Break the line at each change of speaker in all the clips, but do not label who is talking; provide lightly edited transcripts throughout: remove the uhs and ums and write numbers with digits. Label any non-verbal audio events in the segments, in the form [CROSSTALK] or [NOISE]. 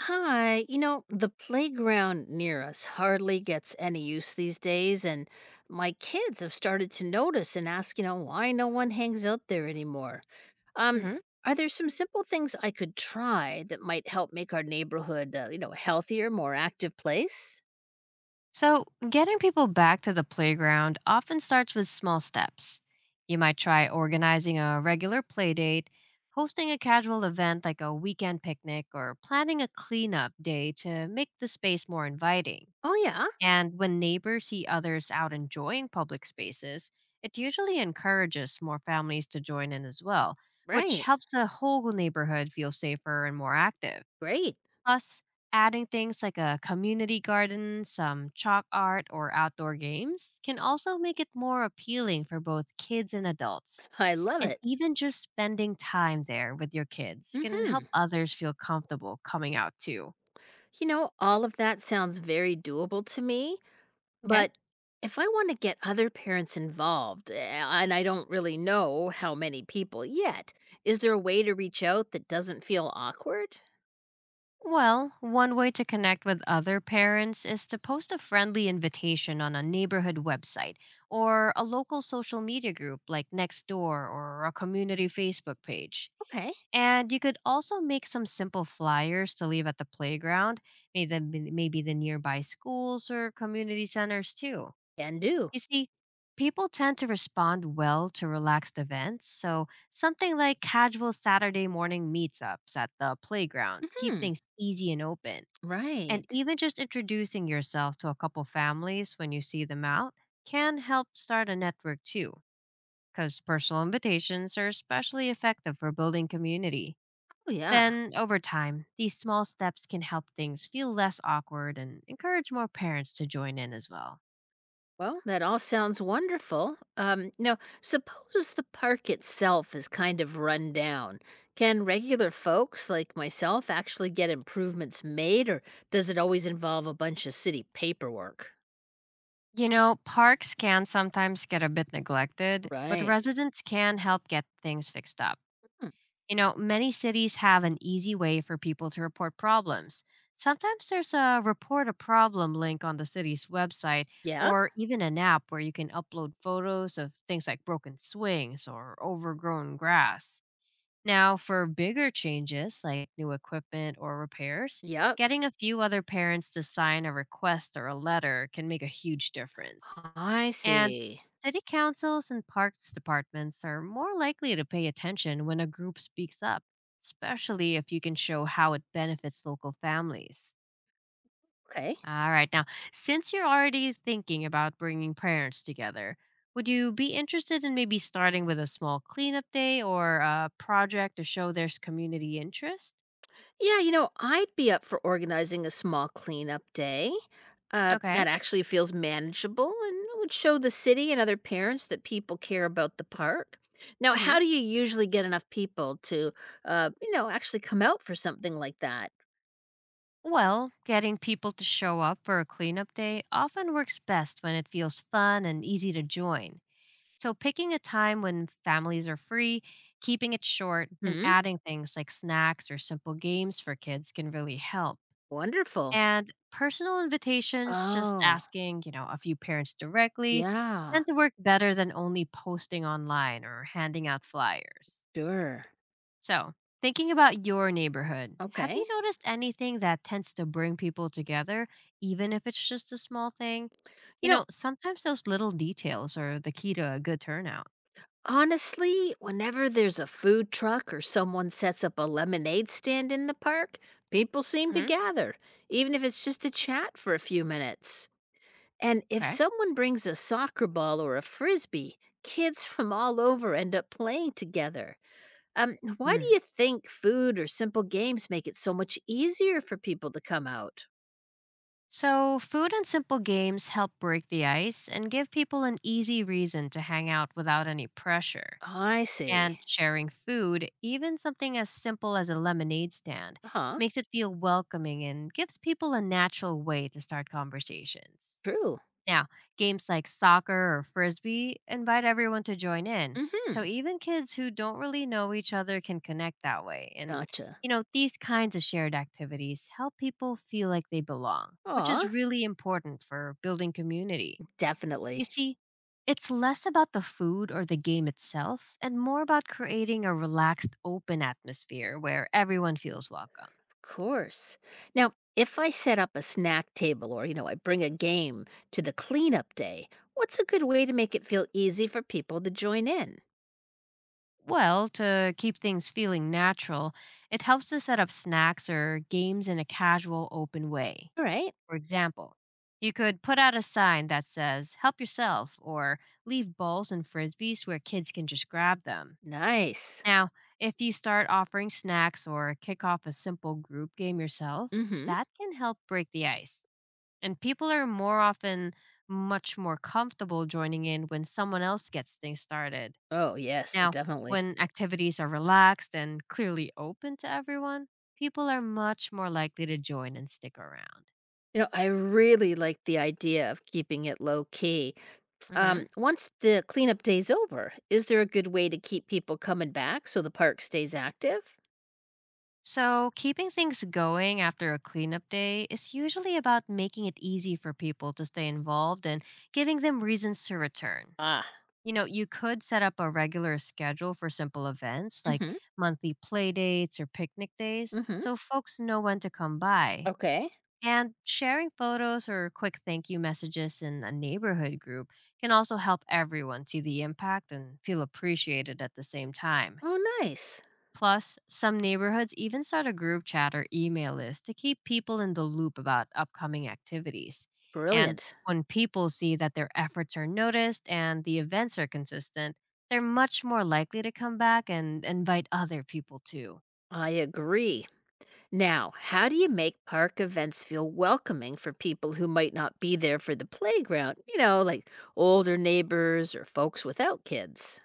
Hi, the playground near us hardly gets any use these days, and my kids have started to notice and ask, why no one hangs out there anymore. Um,
hmm
are there some simple things I could try that might help make our neighborhood, a healthier, more active place?
So, getting people back to the playground often starts with small steps. You might try organizing a regular play date, hosting a casual event like a weekend picnic, or planning a cleanup day to make the space more inviting.
Oh, yeah.
And when neighbors see others out enjoying public spaces, it usually encourages more families to join in as well, which
Right.
helps the whole neighborhood feel safer and more active.
Great.
Plus, adding things like a community garden, some chalk art, or outdoor games can also make it more appealing for both kids and adults.
I love
And
it.
even just spending time there with your kids can help
Hmm.
others feel comfortable coming out too.
All of that sounds very doable to me.
Okay.
But if I want to get other parents involved, and I don't really know how many people yet, is there a way to reach out that doesn't feel awkward?
Well, one way to connect with other parents is to post a friendly invitation on a neighborhood website or a local social media group like Nextdoor or a community Facebook page.
Okay.
And you could also make some simple flyers to leave at the playground, maybe the nearby schools or community centers too.
Can do.
You see, people tend to respond well to relaxed events, so something like casual Saturday morning meetups at the playground keep
Hmm.
things easy and open. And
Right.
even just introducing yourself to a couple families when you see them out can help start a network too, because personal invitations are especially effective for building community.
Oh, yeah.
Then, over time, these small steps can help things feel less awkward and encourage more parents to join in as well.
Well, that all sounds wonderful. Now, suppose the park itself is kind of run down. Can regular folks like myself actually get improvements made, or does it always involve a bunch of city paperwork?
You know, parks can sometimes get a bit neglected, but
Right.
residents can help get things fixed up.
Hmm.
You know, many cities have an easy way for people to report problems. Sometimes there's a report a problem link on the city's website
Yeah.
or even an app where you can upload photos of things like broken swings or overgrown grass. Now, for bigger changes like new equipment or repairs,
Yep.
getting a few other parents to sign a request or a letter can make a huge difference.
I
And
see.
city councils and parks departments are more likely to pay attention when a group speaks up, especially if you can show how it benefits local families.
Okay.
All right, now, since you're already thinking about bringing parents together, would you be interested in maybe starting with a small cleanup day or a project to show there's community interest?
Yeah, I'd be up for organizing a small cleanup day.
Okay.
That actually feels manageable and would show the city and other parents that people care about the park. Now,
hmm
how do you usually get enough people to, actually come out for something like that?
Well, getting people to show up for a cleanup day often works best when it feels fun and easy to join. So, picking a time when families are free, keeping it short, and
Hmm.
adding things like snacks or simple games for kids can really help.
Wonderful.
And personal invitations, just
Oh,
asking, you know, a few parents directly,
yeah,
tend to work better than only posting online or handing out flyers.
sure.
So, thinking about your neighborhood, have
Okay.
you noticed anything that tends to bring people together, even if it's just a small thing? You
You know,
know, sometimes those little details are the key to a good turnout.
honestly, whenever there's a food truck or someone sets up a lemonade stand in the park, people seem to gather, even if it's just to chat for a few minutes. And if
Okay.
someone brings a soccer ball or a frisbee, kids from all over end up playing together. Why do
Mm.
you think food or simple games make it so much easier for people to come out?
So, food and simple games help break the ice and give people an easy reason to hang out without any pressure.
I see.
And sharing food, even something as simple as a lemonade stand,
Huh?
makes it feel welcoming and gives people a natural way to start conversations.
True.
Now, games like soccer or frisbee invite everyone to join in. So
Mm-hmm.
even kids who don't really know each other can connect that way. And,
Gotcha.
you know, these kinds of shared activities help people feel like they belong, which
Aw,
is really important for building community. You
definitely.
see, it's less about the food or the game itself and more about creating a relaxed, open atmosphere where everyone feels welcome.
Course. Now, if I set up a snack table or, I bring a game to the cleanup day, what's a good way to make it feel easy for people to join in?
Well, to keep things feeling natural, it helps to set up snacks or games in a casual, open way.
All right.
For example, you could put out a sign that says, help yourself, or leave balls and frisbees where kids can just grab them.
Nice.
Now, if you start offering snacks or kick off a simple group game yourself,
Hmm.
that can help break the ice. And people are more often much more comfortable joining in when someone else gets things started.
Oh, yes,
Now,
definitely.
when activities are relaxed and clearly open to everyone, people are much more likely to join and stick around.
I really like the idea of keeping it low key.
hmm
Once the cleanup day's over, is there a good way to keep people coming back so the park stays active?
So, keeping things going after a cleanup day is usually about making it easy for people to stay involved and giving them reasons to return.
Ah.
You know, you could set up a regular schedule for simple events like
Hmm.
monthly play dates or picnic days
Mm-hmm.
so folks know when to come by.
Okay.
And sharing photos or quick thank you messages in a neighborhood group can also help everyone see the impact and feel appreciated at the same time.
Oh, nice.
Plus, some neighborhoods even start a group chat or email list to keep people in the loop about upcoming activities. And
Brilliant.
when people see that their efforts are noticed and the events are consistent, they're much more likely to come back and invite other people too.
I agree. Now, how do you make park events feel welcoming for people who might not be there for the playground? Like older neighbors or folks without kids.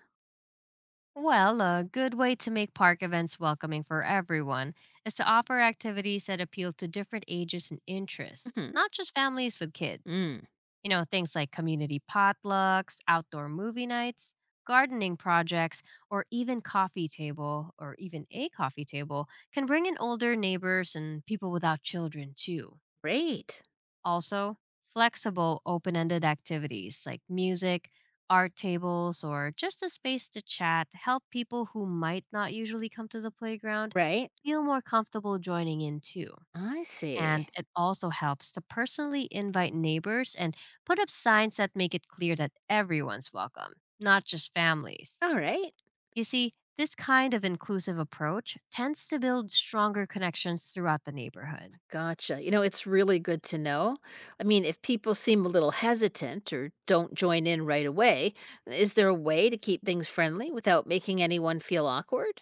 Well, a good way to make park events welcoming for everyone is to offer activities that appeal to different ages and interests,
Hmm.
not just families with kids.
Mm.
You know, things like community potlucks, outdoor movie nights, gardening projects, or even a coffee table, can bring in older neighbors and people without children too.
Great.
Also, flexible, open ended activities like music, art tables, or just a space to chat help people who might not usually come to the playground
Right?
feel more comfortable joining in too.
I see.
And it also helps to personally invite neighbors and put up signs that make it clear that everyone's welcome, not just families.
All right.
You see, this kind of inclusive approach tends to build stronger connections throughout the neighborhood.
Gotcha. It's really good to know. I mean, if people seem a little hesitant or don't join in right away, is there a way to keep things friendly without making anyone feel awkward?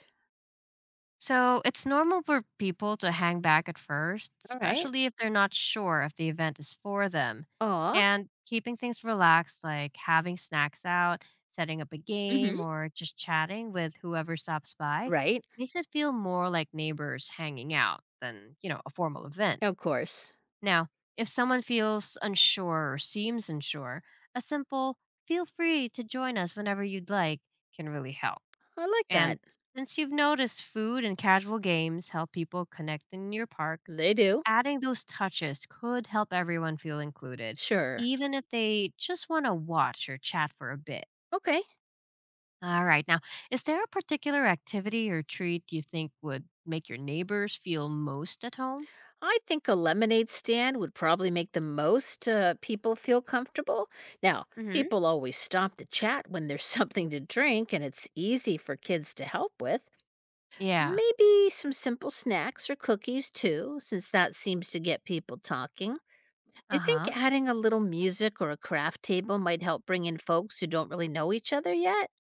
So it's normal for people to hang back at first,
All right.
especially if they're not sure if the event is for them.
Aw.
And keeping things relaxed, like having snacks out, setting up a game,
Hmm.
or just chatting with whoever stops by,
Right.
makes it feel more like neighbors hanging out than, you know, a formal event.
Of course.
Now, if someone feels unsure or seems unsure, a simple feel free to join us whenever you'd like can really help.
I like
And
that.
since you've noticed food and casual games help people connect in your park,
They do.
adding those touches could help everyone feel included,
Sure.
even if they just want to watch or chat for a bit.
Okay.
All right, now, is there a particular activity or treat you think would make your neighbors feel most at home?
I think a lemonade stand would probably make the most people feel comfortable. Now,
hmm
people always stop to chat when there's [LAUGHS] something to drink and it's easy for kids to help with.
Yeah.
Maybe some simple snacks or cookies too, since that seems to get people talking. Do you
Uh
think
huh.
adding a little music or a craft table might help bring in folks who don't really know each other yet?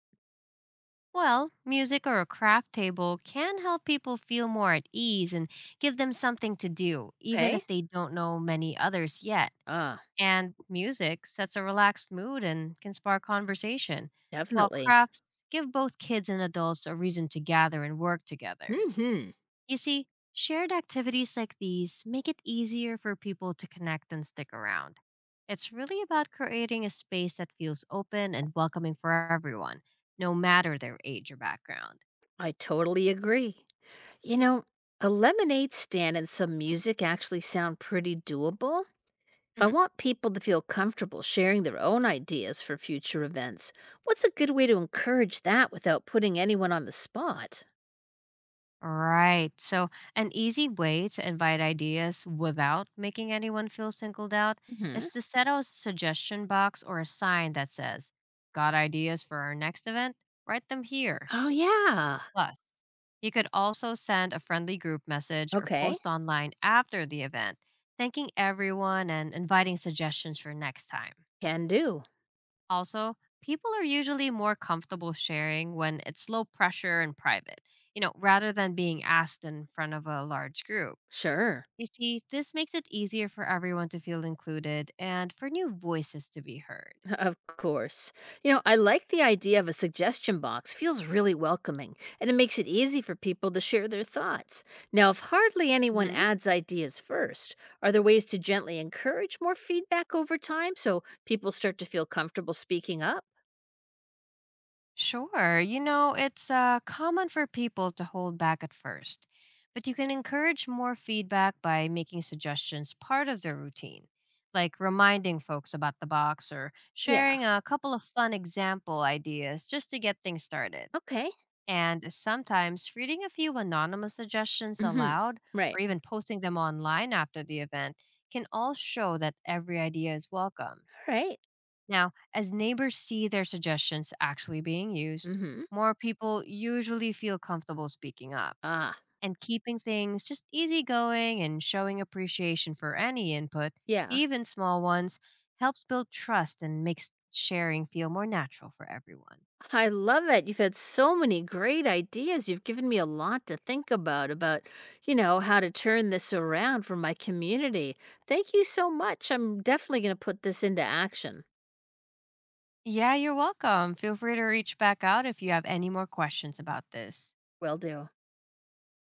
Well, music or a craft table can help people feel more at ease and give them something to do, even
Okay.
if they don't know many others yet.
Ah,
And music sets a relaxed mood and can spark conversation, while
definitely.
crafts give both kids and adults a reason to gather and work together.
Mm hmm.
You see, shared activities like these make it easier for people to connect and stick around. It's really about creating a space that feels open and welcoming for everyone, no matter their age or background.
I totally agree. You know, a lemonade stand and some music actually sound pretty doable. If I want people to feel comfortable sharing their own ideas for future events, what's a good way to encourage that without putting anyone on the spot?
Right. So, an easy way to invite ideas without making anyone feel singled out
Hmm.
is to set out a suggestion box or a sign that says, Got ideas for our next event? Write them here.
Oh, yeah.
Plus, you could also send a friendly group message or
Okay.
post online after the event, thanking everyone and inviting suggestions for next time.
Can do.
Also, people are usually more comfortable sharing when it's low pressure and private, you know, rather than being asked in front of a large group.
Sure.
You see, this makes it easier for everyone to feel included and for new voices to be heard.
Of course. I like the idea of a suggestion box. Feels really welcoming, and it makes it easy for people to share their thoughts. Now, if hardly anyone
Mhm.
adds ideas first, are there ways to gently encourage more feedback over time so people start to feel comfortable speaking up?
Sure. You know, it's common for people to hold back at first, but you can encourage more feedback by making suggestions part of their routine, like reminding folks about the box or
Yeah.
sharing a couple of fun example ideas just to get things started.
Okay.
And sometimes reading a few anonymous suggestions
Mhm.
aloud or
Right.
even posting them online after the event can all show that every idea is welcome.
All right.
Now, as neighbors see their suggestions actually being used,
Mhm.
more people usually feel comfortable speaking up.
Ah.
And keeping things just easygoing and showing appreciation for any input,
Yeah.
even small ones, helps build trust and makes sharing feel more natural for everyone.
I love it. You've had so many great ideas. You've given me a lot to think about, how to turn this around for my community. Thank you so much. I'm definitely going to put this into action.
Yeah, you're welcome. Feel free to reach back out if you have any more questions about this.
Will do.